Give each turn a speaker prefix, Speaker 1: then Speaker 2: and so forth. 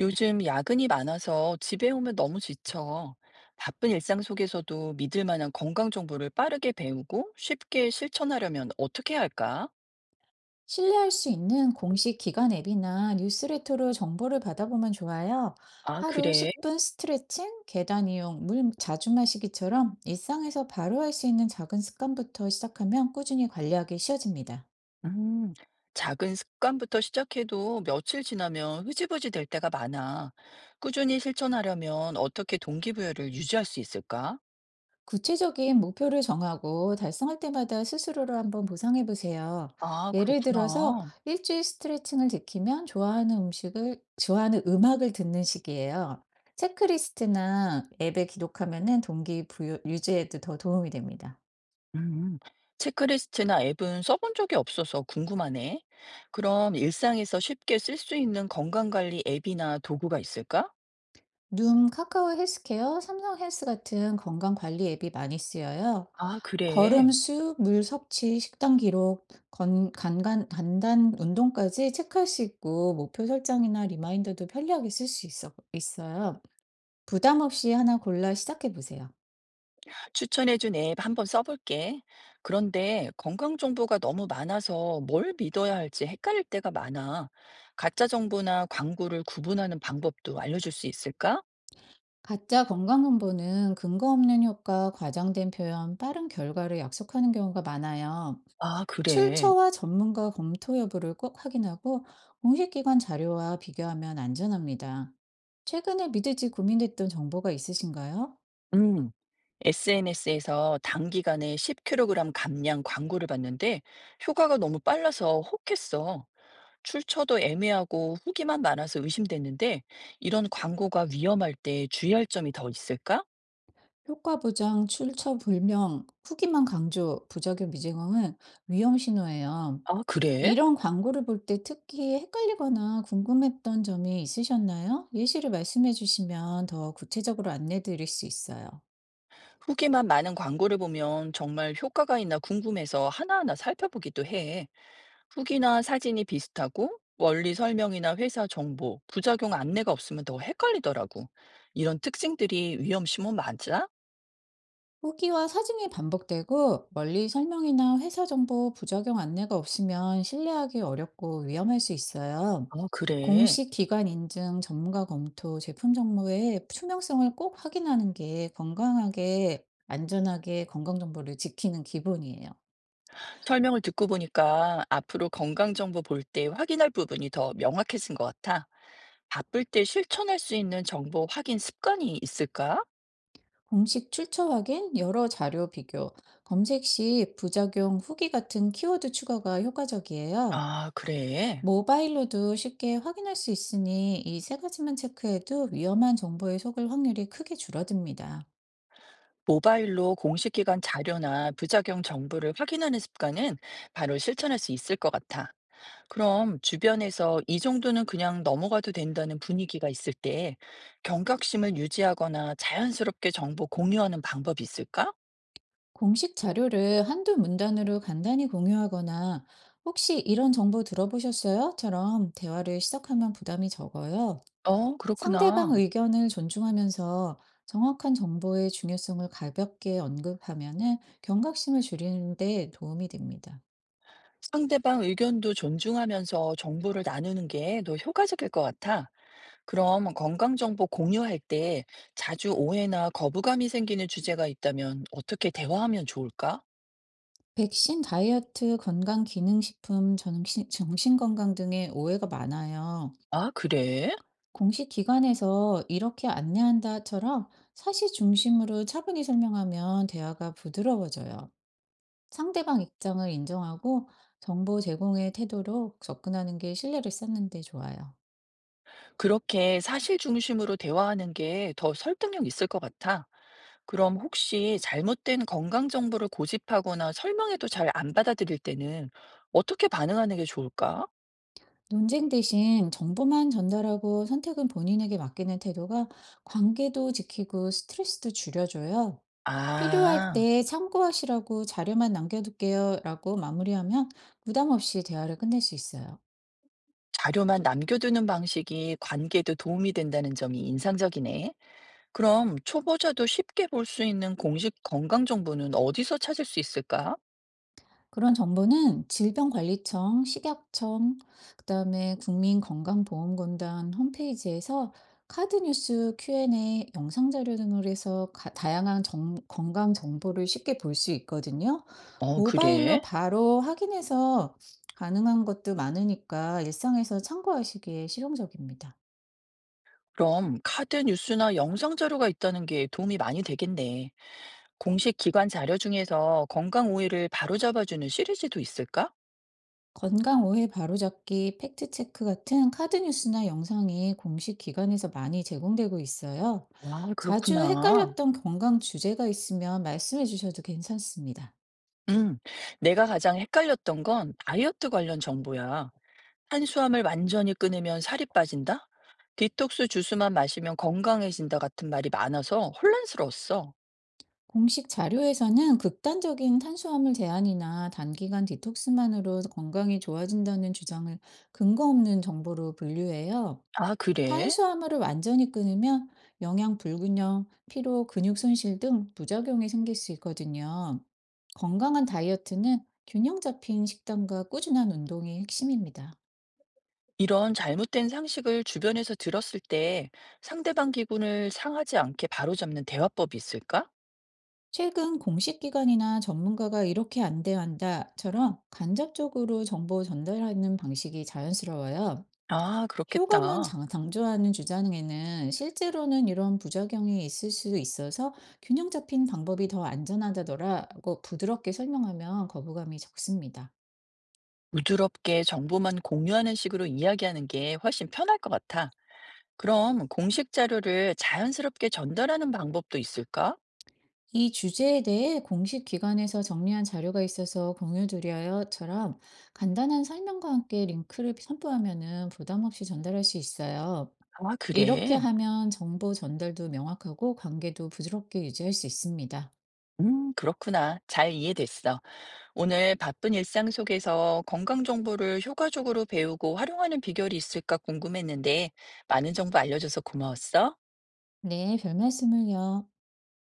Speaker 1: 요즘 야근이 많아서 집에 오면 너무 지쳐. 바쁜 일상 속에서도 믿을 만한 건강 정보를 빠르게 배우고 쉽게 실천하려면 어떻게 해야 할까?
Speaker 2: 신뢰할 수 있는 공식 기관 앱이나 뉴스레터로 정보를 받아보면 좋아요.
Speaker 1: 아,
Speaker 2: 하루
Speaker 1: 그래?
Speaker 2: 10분 스트레칭, 계단 이용, 물 자주 마시기처럼 일상에서 바로 할 수 있는 작은 습관부터 시작하면 꾸준히 관리하기 쉬워집니다.
Speaker 1: 음, 작은 습관부터 시작해도 며칠 지나면 흐지부지 될 때가 많아. 꾸준히 실천하려면 어떻게 동기부여를 유지할 수 있을까?
Speaker 2: 구체적인 목표를 정하고 달성할 때마다 스스로를 한번 보상해 보세요.
Speaker 1: 아,
Speaker 2: 예를 들어서
Speaker 1: 그렇구나.
Speaker 2: 일주일 스트레칭을 지키면 좋아하는 음식을, 좋아하는 음악을 듣는 식이에요. 체크리스트나 앱에 기록하면은 동기부여 유지에도 더 도움이 됩니다.
Speaker 1: 음, 체크리스트나 앱은 써본 적이 없어서 궁금하네. 그럼 일상에서 쉽게 쓸 수 있는 건강관리 앱이나 도구가 있을까?
Speaker 2: 룸, 카카오 헬스케어, 삼성 헬스 같은 건강 관리 앱이 많이 쓰여요.
Speaker 1: 아, 그래.
Speaker 2: 걸음 수, 물 섭취, 식단 기록, 간단 운동까지 체크할 수 있고, 목표 설정이나 리마인더도 편리하게 있어요. 부담 없이 하나 골라 시작해 보세요.
Speaker 1: 추천해준 앱 한번 써볼게. 그런데 건강 정보가 너무 많아서 뭘 믿어야 할지 헷갈릴 때가 많아. 가짜 정보나 광고를 구분하는 방법도 알려줄 수 있을까?
Speaker 2: 가짜 건강 정보는 근거 없는 효과, 과장된 표현, 빠른 결과를 약속하는 경우가 많아요.
Speaker 1: 아, 그래.
Speaker 2: 출처와 전문가 검토 여부를 꼭 확인하고 공식기관 자료와 비교하면 안전합니다. 최근에 믿을지 고민됐던 정보가 있으신가요?
Speaker 1: 음. SNS에서 단기간에 10kg 감량 광고를 봤는데 효과가 너무 빨라서 혹했어. 출처도 애매하고 후기만 많아서 의심됐는데 이런 광고가 위험할 때 주의할 점이 더 있을까?
Speaker 2: 효과 보장, 출처 불명, 후기만 강조, 부작용 미증언은 위험 신호예요.
Speaker 1: 아, 그래?
Speaker 2: 이런 광고를 볼 때 특히 헷갈리거나 궁금했던 점이 있으셨나요? 예시를 말씀해 주시면 더 구체적으로 안내 드릴 수 있어요.
Speaker 1: 후기만 많은 광고를 보면 정말 효과가 있나 궁금해서 하나하나 살펴보기도 해. 후기나 사진이 비슷하고 원리 설명이나 회사 정보, 부작용 안내가 없으면 더 헷갈리더라고. 이런 특징들이 위험 신문 맞아?
Speaker 2: 후기와 사진이 반복되고 멀리 설명이나 회사 정보 부작용 안내가 없으면 신뢰하기 어렵고 위험할 수 있어요.
Speaker 1: 아, 그래.
Speaker 2: 공식 기관 인증, 전문가 검토, 제품 정보의 투명성을 꼭 확인하는 게 건강하게, 안전하게 건강 정보를 지키는 기본이에요.
Speaker 1: 설명을 듣고 보니까 앞으로 건강 정보 볼 때 확인할 부분이 더 명확해진 것 같아. 바쁠 때 실천할 수 있는 정보 확인 습관이 있을까?
Speaker 2: 공식 출처 확인, 여러 자료 비교, 검색 시 부작용 후기 같은 키워드 추가가 효과적이에요.
Speaker 1: 아, 그래.
Speaker 2: 모바일로도 쉽게 확인할 수 있으니 이 세 가지만 체크해도 위험한 정보에 속을 확률이 크게 줄어듭니다.
Speaker 1: 모바일로 공식 기관 자료나 부작용 정보를 확인하는 습관은 바로 실천할 수 있을 것 같아. 그럼 주변에서 이 정도는 그냥 넘어가도 된다는 분위기가 있을 때 경각심을 유지하거나 자연스럽게 정보 공유하는 방법이 있을까?
Speaker 2: 공식 자료를 한두 문단으로 간단히 공유하거나 혹시 이런 정보 들어보셨어요?처럼 대화를 시작하면 부담이 적어요.
Speaker 1: 어,
Speaker 2: 상대방
Speaker 1: 그렇구나.
Speaker 2: 의견을 존중하면서 정확한 정보의 중요성을 가볍게 언급하면은 경각심을 줄이는 데 도움이 됩니다.
Speaker 1: 상대방 의견도 존중하면서 정보를 나누는 게 더 효과적일 것 같아. 그럼 건강정보 공유할 때 자주 오해나 거부감이 생기는 주제가 있다면 어떻게 대화하면 좋을까?
Speaker 2: 백신, 다이어트, 건강, 기능식품, 정신건강 등의 오해가 많아요.
Speaker 1: 아, 그래?
Speaker 2: 공식 기관에서 이렇게 안내한다처럼 사실 중심으로 차분히 설명하면 대화가 부드러워져요. 상대방 입장을 인정하고 정보 제공의 태도로 접근하는 게 신뢰를 쌓는 데 좋아요.
Speaker 1: 그렇게 사실 중심으로 대화하는 게 더 설득력 있을 것 같아. 그럼 혹시 잘못된 건강정보를 고집하거나 설명해도 잘 안 받아들일 때는 어떻게 반응하는 게 좋을까?
Speaker 2: 논쟁 대신 정보만 전달하고 선택은 본인에게 맡기는 태도가 관계도 지키고 스트레스도 줄여줘요. 필요할
Speaker 1: 아.
Speaker 2: 때 참고하시라고 자료만 남겨둘게요라고 마무리하면 부담 없이 대화를 끝낼 수 있어요.
Speaker 1: 자료만 남겨두는 방식이 관계에도 도움이 된다는 점이 인상적이네. 그럼 초보자도 쉽게 볼 수 있는 공식 건강 정보는 어디서 찾을 수 있을까?
Speaker 2: 그런 정보는 질병관리청, 식약청, 그다음에 국민건강보험공단 홈페이지에서 카드뉴스 Q&A, 영상 자료 등을 해서 건강 정보를 쉽게 볼 수 있거든요.
Speaker 1: 어, 그래?
Speaker 2: 모바일로 바로 확인해서 가능한 것도 많으니까 일상에서 참고하시기에 실용적입니다.
Speaker 1: 그럼 카드 뉴스나 영상 자료가 있다는 게 도움이 많이 되겠네. 공식 기관 자료 중에서 건강 오해를 바로잡아주는 시리즈도 있을까?
Speaker 2: 건강 오해 바로잡기, 팩트체크 같은 카드 뉴스나 영상이 공식 기관에서 많이 제공되고 있어요.
Speaker 1: 아,
Speaker 2: 자주
Speaker 1: 그렇구나.
Speaker 2: 헷갈렸던 건강 주제가 있으면 말씀해 주셔도 괜찮습니다.
Speaker 1: 음, 내가 가장 헷갈렸던 건 다이어트 관련 정보야. 탄수화물 완전히 끊으면 살이 빠진다? 디톡스 주스만 마시면 건강해진다 같은 말이 많아서 혼란스러웠어.
Speaker 2: 공식 자료에서는 극단적인 탄수화물 제한이나 단기간 디톡스만으로 건강이 좋아진다는 주장을 근거 없는 정보로 분류해요.
Speaker 1: 아, 그래?
Speaker 2: 탄수화물을 완전히 끊으면 영양 불균형, 피로, 근육 손실 등 부작용이 생길 수 있거든요. 건강한 다이어트는 균형 잡힌 식단과 꾸준한 운동이 핵심입니다.
Speaker 1: 이런 잘못된 상식을 주변에서 들었을 때 상대방 기분을 상하지 않게 바로잡는 대화법이 있을까?
Speaker 2: 최근 공식 기관이나 전문가가 이렇게 안대한다처럼 간접적으로 정보 전달하는 방식이 자연스러워요.
Speaker 1: 아,
Speaker 2: 효과만
Speaker 1: 그렇겠다.
Speaker 2: 장- 강조하는 주장에는 실제로는 이런 부작용이 있을 수 있어서 균형 잡힌 방법이 더 안전하다더라고 부드럽게 설명하면 거부감이 적습니다.
Speaker 1: 부드럽게 정보만 공유하는 식으로 이야기하는 게 훨씬 편할 것 같아. 그럼 공식 자료를 자연스럽게 전달하는 방법도 있을까?
Speaker 2: 이 주제에 대해 공식 기관에서 정리한 자료가 있어서 공유드려요처럼 간단한 설명과 함께 링크를 첨부하면은 부담 없이 전달할 수 있어요.
Speaker 1: 아,
Speaker 2: 이렇게
Speaker 1: 그래?
Speaker 2: 하면 정보 전달도 명확하고 관계도 부드럽게 유지할 수 있습니다.
Speaker 1: 그렇구나. 잘 이해됐어. 오늘 바쁜 일상 속에서 건강 정보를 효과적으로 배우고 활용하는 비결이 있을까 궁금했는데, 많은 정보 알려줘서 고마웠어.
Speaker 2: 네, 별 말씀을요.